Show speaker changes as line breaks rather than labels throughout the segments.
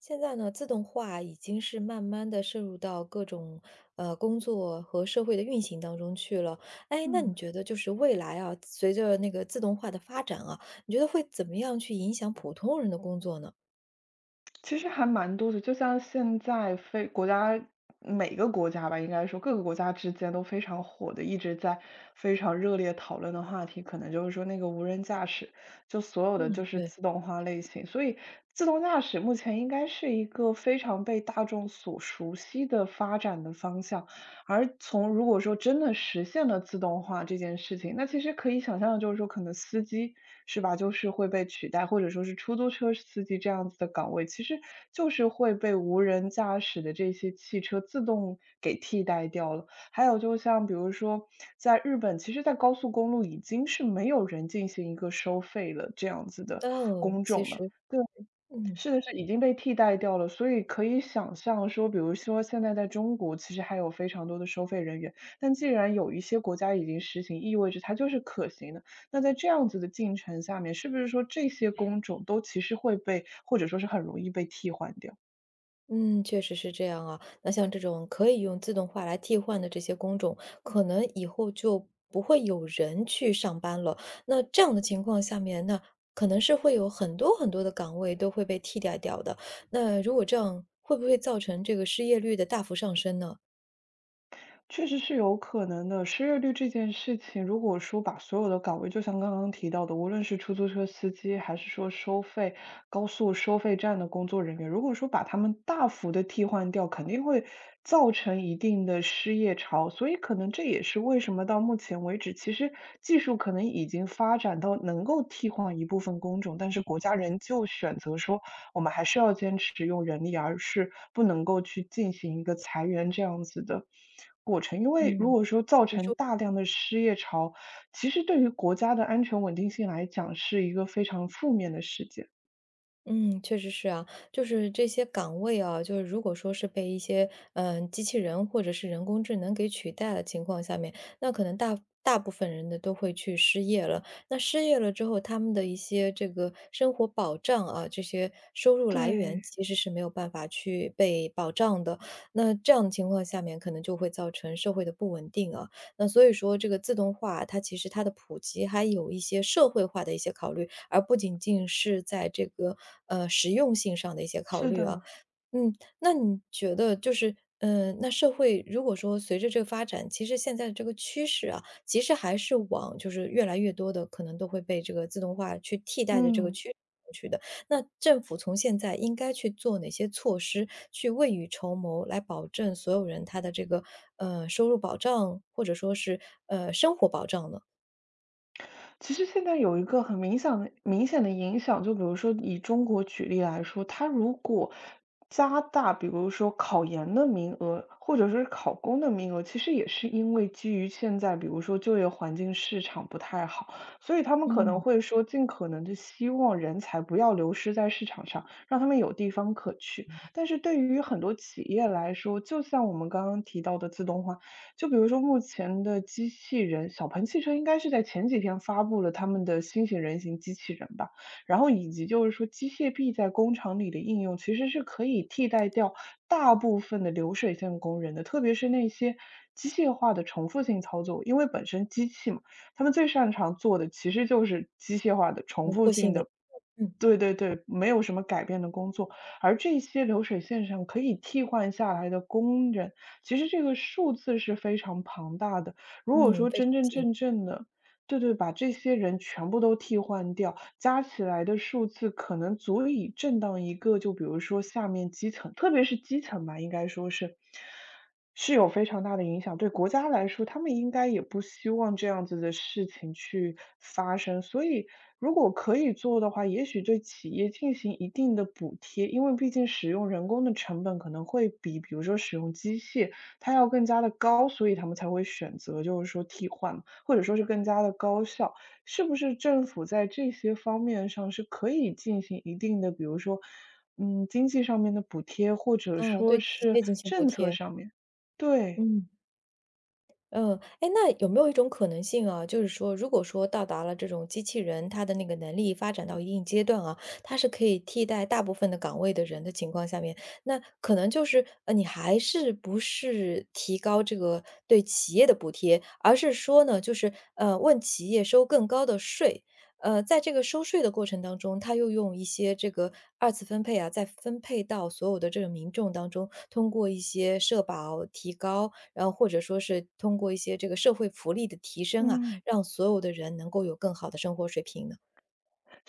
现在呢，自动化已经是慢慢的渗入到各种，工作和社会的运行当中去了。哎，那你
嗯，
觉得就是未来啊，随着那个自动化的发展啊，你觉得会怎么样去影响普通人的工作呢？
其实还蛮多的，就像现在非国家每个国家吧，应该说各个国家之间都非常火的，一直在非常热烈讨论的话题，可能就是说那个无人驾驶，就所有的
嗯，
就是
对。
自动化类型，所以自动驾驶目前应该是一个非常被大众所熟悉的发展的方向。而从如果说真的实现了自动化这件事情，那其实可以想象的就是说，可能司机是吧，就是会被取代，或者说是出租车司机这样子的岗位，其实就是会被无人驾驶的这些汽车自动给替代掉了。还有就像比如说，在日本，其实，在高速公路已经是没有人进行一个收费了这样子的
哦，
工
其
种了。
实嗯。
是的是，已经被替代掉了，所以可以想象说，比如说现在在中国，其实还有非常多的收费人员，但既然有一些国家已经实行，意味着它就是可行的。那在这样子的进程下面，是不是说这些工种都其实会被或者说是很容易被替换掉？
嗯，确实是这样啊。那像这种可以用自动化来替换的这些工种，可能以后就不会有人去上班了。那这样的情况下面，那可能是会有很多很多的岗位都会被替代掉的。那如果这样，会不会造成这个失业率的大幅上升呢？
确实是有可能的。失业率这件事情，如果说把所有的岗位，就像刚刚提到的，无论是出租车司机，还是说收费高速收费站的工作人员，如果说把他们大幅的替换掉，肯定会造成一定的失业潮。所以可能这也是为什么到目前为止，其实技术可能已经发展到能够替换一部分工种，但是国家仍旧选择说我们还是要坚持用人力，而是不能够去进行一个裁员这样子的过程。因为如
嗯。
果说造成大量的失业潮，其实对于国家的安全稳定性来讲，是一个非常负面的事件。
嗯，确实是啊，就是这些岗位啊，就是如果说是被一些机器人或者是人工智能给取代的情况下面，那可能大部分人的都会去失业了。那失业了之后，他们的一些这个生活保障啊，这些收入来源
对，
其实是没有办法去被保障的。那这样的情况下面，可能就会造成社会的不稳定啊。那所以说，这个自动化它其实它的普及还有一些社会化的一些考虑。而不仅仅是在这个实用性上的一些考
是
虑啊。
的，
嗯，那你觉得就是，那社会如果说随着这个发展，其实现在的这个趋势啊，其实还是往就是越来越多的可能都会被这个自动化去替代的这个
嗯。
趋势去的。那政府从现在应该去做哪些措施，去未雨绸缪，来保证所有人他的这个收入保障，或者说是生活保障呢？
其实现在有一个很明显的影响，就比如说以中国举例来说，它如果加大，比如说考研的名额，或者是考公的名额，其实也是因为基于现在，比如说就业环境市场不太好，所以他们可能
嗯。
会说，尽可能的希望人才不要流失在市场上，让他们有地方可去。但是对于很多企业来说，就像我们刚刚提到的自动化，就比如说目前的机器人，小鹏汽车应该是在前几天发布了他们的新型人形机器人吧，然后以及就是说机械臂在工厂里的应用，其实是可以替代掉大部分的流水线工人的，特别是那些机械化的重复性操作，因为本身机器嘛，他们最擅长做的其实就是机械化的
重
重复
复性
性
的，
的
嗯
对对对，没有什么改变的工作，而这些流水线上可以替换下来的工人，其实这个数字是非常庞大的。如果
嗯，
说
非常
真真正正的，对对，把这些人全部都替换掉，加起来的数字可能足以震荡一个，就比如说下面基层，特别是基层吧，应该说是。是有非常大的影响。对国家来说，他们应该也不希望这样子的事情去发生。所以，如果可以做的话，也许对企业进行一定的补贴，因为毕竟使用人工的成本可能会比，比如说使用机械，它要更加的高，所以他们才会选择就是说替换嘛，或者说是更加的高效。是不是政府在这些方面上是可以进行一定的，比如说，经济上面的补贴，或者
嗯，对，
说
企业
是
进行补
政策
贴，
上面？对，
嗯。嗯，哎，那有没有一种可能性啊，就是说，如果说到达了这种机器人，它的那个能力发展到一定阶段啊，它是可以替代大部分的岗位的人的情况下面，那可能就是你还是不是提高这个对企业的补贴，而是说呢，就是问企业收更高的税。在这个收税的过程当中，它又用一些这个二次分配啊，再分配到所有的这个民众当中，通过一些社保提高，然后或者说是通过一些这个社会福利的提升啊，
嗯，
让所有的人能够有更好的生活水平呢？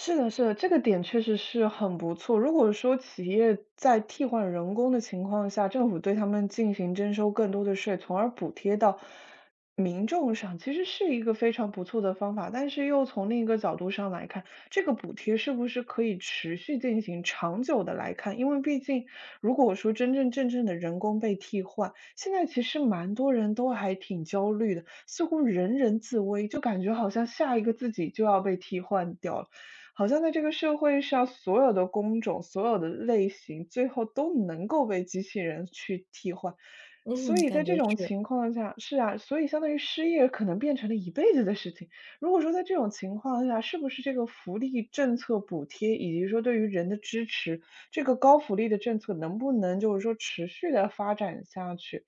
是的，是的，这个点确实是很不错。如果说企业在替换人工的情况下，政府对他们进行征收更多的税，从而补贴到民众上，其实是一个非常不错的方法。但是又从另一个角度上来看，这个补贴是不是可以持续进行、长久的来看？因为毕竟，如果说真真正正的人工被替换，现在其实蛮多人都还挺焦虑的，似乎人人自危，就感觉好像下一个自己就要被替换掉了。好像在这个社会上，所有的工种、所有的类型，最后都能够被机器人去替换。
嗯，
所以
感
在
觉
这种
是。
情况下是啊，所以相当于失业可能变成了一辈子的事情。如果说在这种情况下，是不是这个福利政策补贴，以及说对于人的支持，这个高福利的政策能不能就是说持续的发展下去？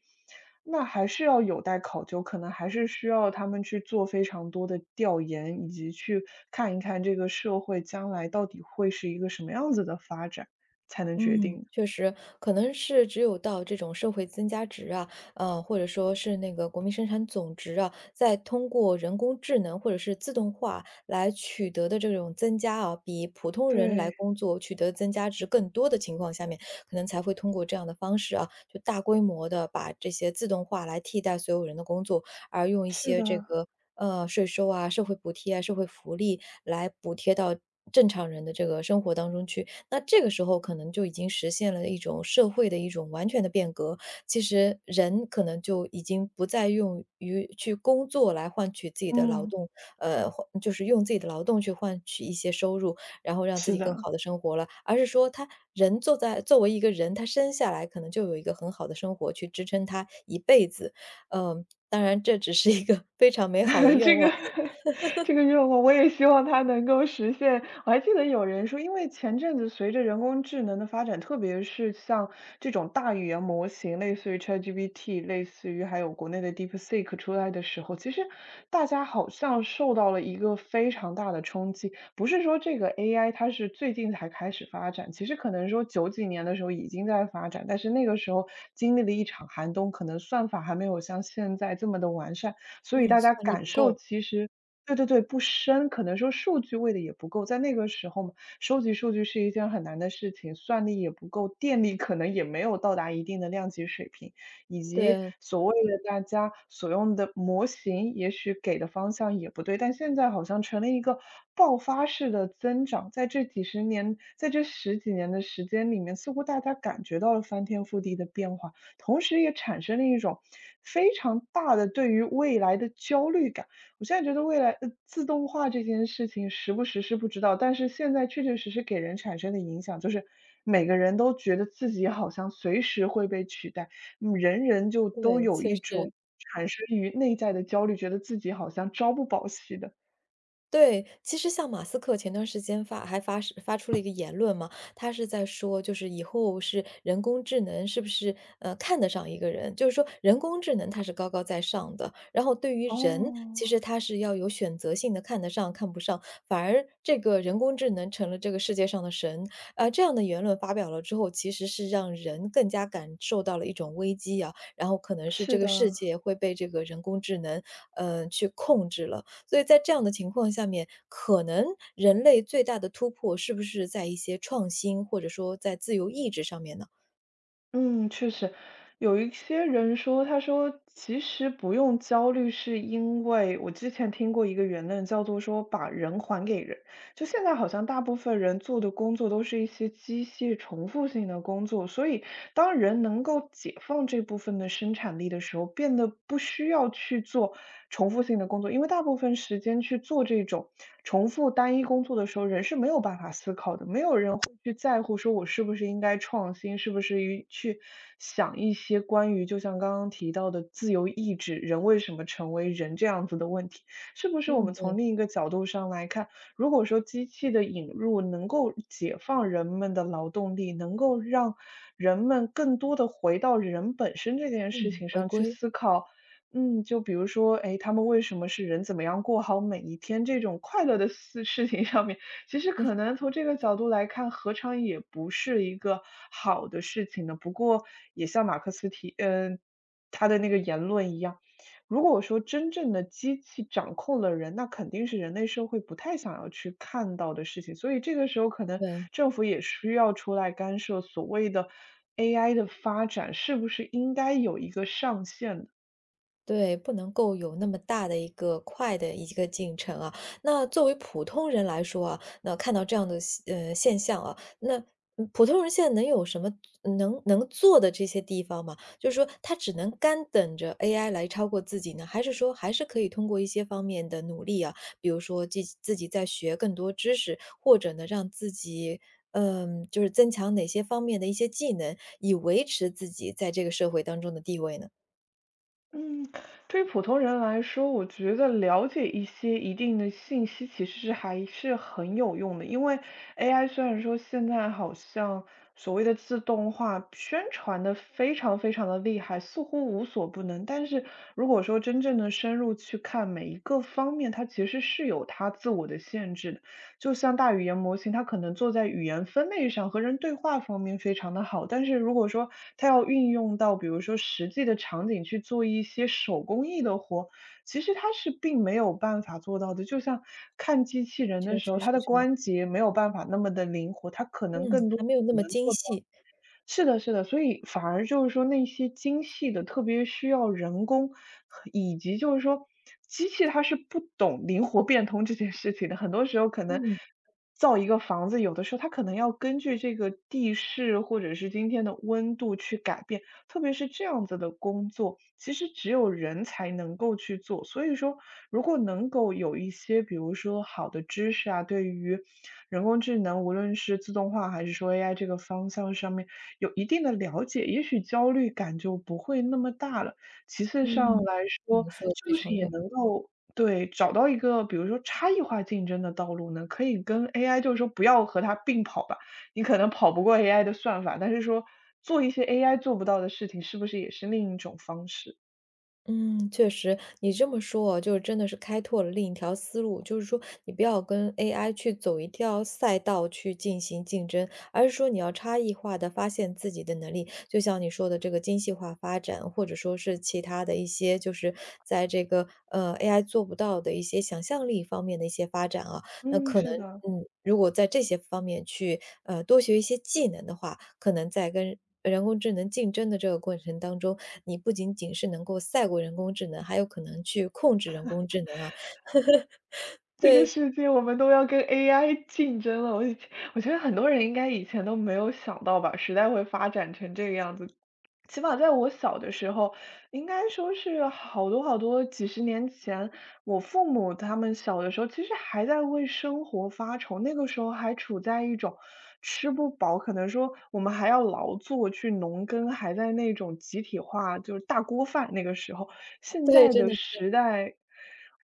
那还是要有待考究，可能还是需要他们去做非常多的调研，以及去看一看这个社会将来到底会是一个什么样子的发展，才能决
嗯，
定。
确实，可能是只有到这种社会增加值啊，或者说是那个国民生产总值啊，再通过人工智能或者是自动化来取得的这种增加啊，比普通人来
对，
工作取得增加值更多的情况下面，可能才会通过这样的方式啊，就大规模的把这些自动化来替代所有人的工作，而用一
是
些这
的，
个税收啊、社会补贴啊、社会福利来补贴到正常人的这个生活当中去。那这个时候可能就已经实现了一种社会的一种完全的变革，其实人可能就已经不再用于去工作来换取自己的劳
嗯，
动，就是用自己的劳动去换取一些收入，然后让自
是
己更
的。
好的生活了，而是说他人坐在作为一个人，他生下来可能就有一个很好的生活去支撑他一辈子。嗯，当然这只是一个 非常美好的 愿
这
望，
个 这个愿望我也希望它能够实现。我还记得有人说，因为前阵子随着人工智能的发展，特别是像这种大语言模型，类似于 ChatGPT，类似于还有国内的 DeepSeek 出来的时候，其实大家好像受到了一个非常大的冲击。不是说这个 AI 它是最近才开始发展，其实可能说九几年的时候已经在发展，但是那个时候经历了一场寒冬，可能算法还没有像现在这么的完善。所以
嗯，
大家
算力
感
不
受
够，
其实对对对，不深，可能说数据喂的也不够。在那个时候嘛，收集数据是一件很难的事情，算力也不够，电力可能也没有到达一定的量级水平，以及
对，
所谓的大家所用的模型，也许给的方向也不对。但现在好像成了一个爆发式的增长，在这几十年，在这十几年的时间里面，似乎大家感觉到了翻天覆地的变化。同时也产生了一种非常大的对于未来的焦虑感。我现在觉得未来自动化这件事情时不时是不知道，但是现在确确实实给人产生的影响，就是每个人都觉得自己好像随时会被取代，嗯，人人就都
对，
有
确
一种
实。
产生于内在的焦虑，觉得自己好像朝不保夕的。
对，其实像马斯克前段时间发还发是发出了一个言论嘛，他是在说，就是以后是人工智能是不是看得上一个人？就是说人工智能它是高高在上的，然后对于人，
哦，
其实它是要有选择性的看得上看不上，反而这个人工智能成了这个世界上的神啊、这样的言论发表了之后，其实是让人更加感受到了一种危机啊，然后可能是这
是
个世
的。
界会被这个人工智能去控制了。所以在这样的情况下面，可能人类最大的突破是不是在一些创新，或者说在自由意志上面呢？
嗯，确实，有一些人说，他说其实不用焦虑，是因为我之前听过一个言论，叫做说把人还给人。就现在好像大部分人做的工作都是一些机械重复性的工作，所以当人能够解放这部分的生产力的时候，变得不需要去做重复性的工作，因为大部分时间去做这种重复单一工作的时候，人是没有办法思考的，没有人会去在乎说我是不是应该创新，是不是于去想一些关于就像刚刚提到的自由意志，人为什么成为人这样子的问题。是不是我
嗯，
们
对，
从另一个角度上来看，如果说机器的引入能够解放人们的劳动力，能够让人们更多的回到人本身这件事
嗯，
情
回
上去
归，
思考，嗯，就比如说，哎，他们为什么是人怎么样过好每一天这种快乐的事 事情上面，其实可能从这个角度来看，何尝也不是一个好的事情呢？不过也像马克思提他的那个言论一样，如果我说真正的机器掌控了人，那肯定是人类社会不太想要去看到的事情，所以这个时候可能
对。
政府也需要出来干涉所谓的 AI 的发展，是不是应该有一个上限的？
对，不能够有那么大的一个快的一个进程啊。那作为普通人来说啊，那看到这样的现象啊，那，嗯，普通人现在能有什么能做的这些地方吗？就是说他只能干等着 AI 来超过自己呢？还是说还是可以通过一些方面的努力啊，比如说自己在学更多知识，或者呢，让自己，嗯，就是增强哪些方面的一些技能，以维持自己在这个社会当中的地位呢？
嗯，对于普通人来说，我觉得了解一些一定的信息其实是还是很有用的。因为 AI 虽然说现在好像所谓的自动化宣传的非常非常的厉害，似乎无所不能，但是如果说真正的深入去看每一个方面，它其实是有它自我的限制的。就像大语言模型，它可能做在语言分类上和人对话方面非常的好，但是如果说它要运用到比如说实际的场景去做一些手工艺的活，其实它是并没有办法做到的。就像看机器人
确
的时候，
实
它
是
的
这样。
关节没有办法那么的灵活，它可能
嗯，
更多
还没有那
只
么
能
精
做。
细。
是的，是的，所以反而就是说那些精细的，特别需要人工，以及就是说机器它是不懂灵活变通这件事情的。很多时候可能
嗯，
造一个房子，有的时候它可能要根据这个地势或者是今天的温度去改变。特别是这样子的工作，其实只有人才能够去做。所以说，如果能够有一些，比如说好的知识啊，对于人工智能，无论是自动化还是说 AI 这个方向上面有一定的了解，也许焦虑感就不会那么大了。其次上
嗯，
来说，
你说的非
就是
常
也
对。
能够对，找到一个比如说差异化竞争的道路呢？可以跟 AI 就是说不要和它并跑吧，你可能跑不过 AI 的算法，但是说做一些 AI 做不到的事情，是不是也是另一种方式？
嗯，确实，你这么说啊，就真的是开拓了另一条思路，就是说你不要跟 AI 去走一条赛道去进行竞争，而是说你要差异化的发现自己的能力。就像你说的这个精细化发展，或者说是其他的一些，就是在这个，AI 做不到的一些想象力方面的一些发展啊。那
嗯，
可
是
能，
的。
嗯，如果在这些方面去，多学一些技能的话，可能在跟人工智能竞争的这个过程当中，你不仅仅是能够赛过人工智能，还有可能去控制人工智能啊。
这个
对，
世界我们都要跟 AI 竞争了，我觉得很多人应该以前都没有想到吧，时代会发展成这个样子。起码在我小的时候，应该说是好多好多几十年前，我父母他们小的时候，其实还在为生活发愁，那个时候还处在一种吃不饱，可能说我们还要劳作去农耕，还在那种集体化，就是大锅饭那个时候。现
对，
在
真
的
的是。
时代，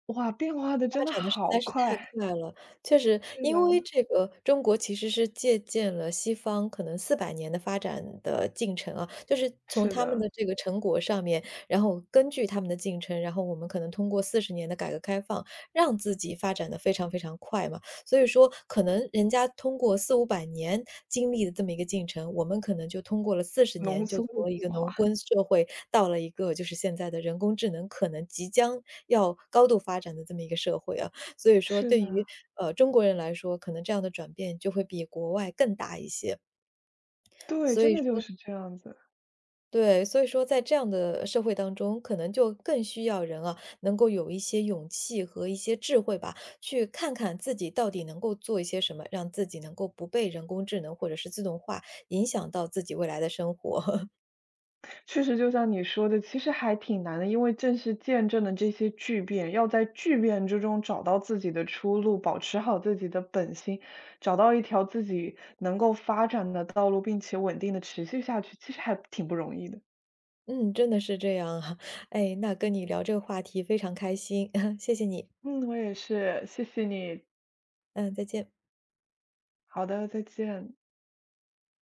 哇，变化的
发
真的
展的实
好
在是太
快。
快了，确实，
是
因为
的，
这个中国其实是借鉴了西方可能400年的发展的进程啊，就是从
是
他们
的，
的这个成果上面，然后根据他们的进程，然后我们可能通过四十年的改革开放，让自己发展的非常非常快嘛。所以说，可能人家通过四五百年经历的这么一个进程，我们可能就通过了四十年，
浓
就
缩的
从一
精
个农
华。
耕社会到了一个就是现在的人工智能可能即将要高度发展的这么一个社会啊。所以说
是
对于，
的，
中国人来说，可能这样的转变就会比国外更大一些。
对，
所
真
以
的就
说
是这样子。
对，所以说在这样的社会当中，可能就更需要人啊，能够有一些勇气和一些智慧吧，去看看自己到底能够做一些什么，让自己能够不被人工智能或者是自动化影响到自己未来的生活。
确实就像你说的，其实还挺难的，因为正是见证了这些巨变，要在巨变之中找到自己的出路，保持好自己的本心，找到一条自己能够发展的道路，并且稳定的持续下去，其实还挺不容易的。
嗯，真的是这样啊。哎，那跟你聊这个话题非常开心，谢谢你。
嗯，我也是，谢谢你。
嗯，再见。
好的，再见。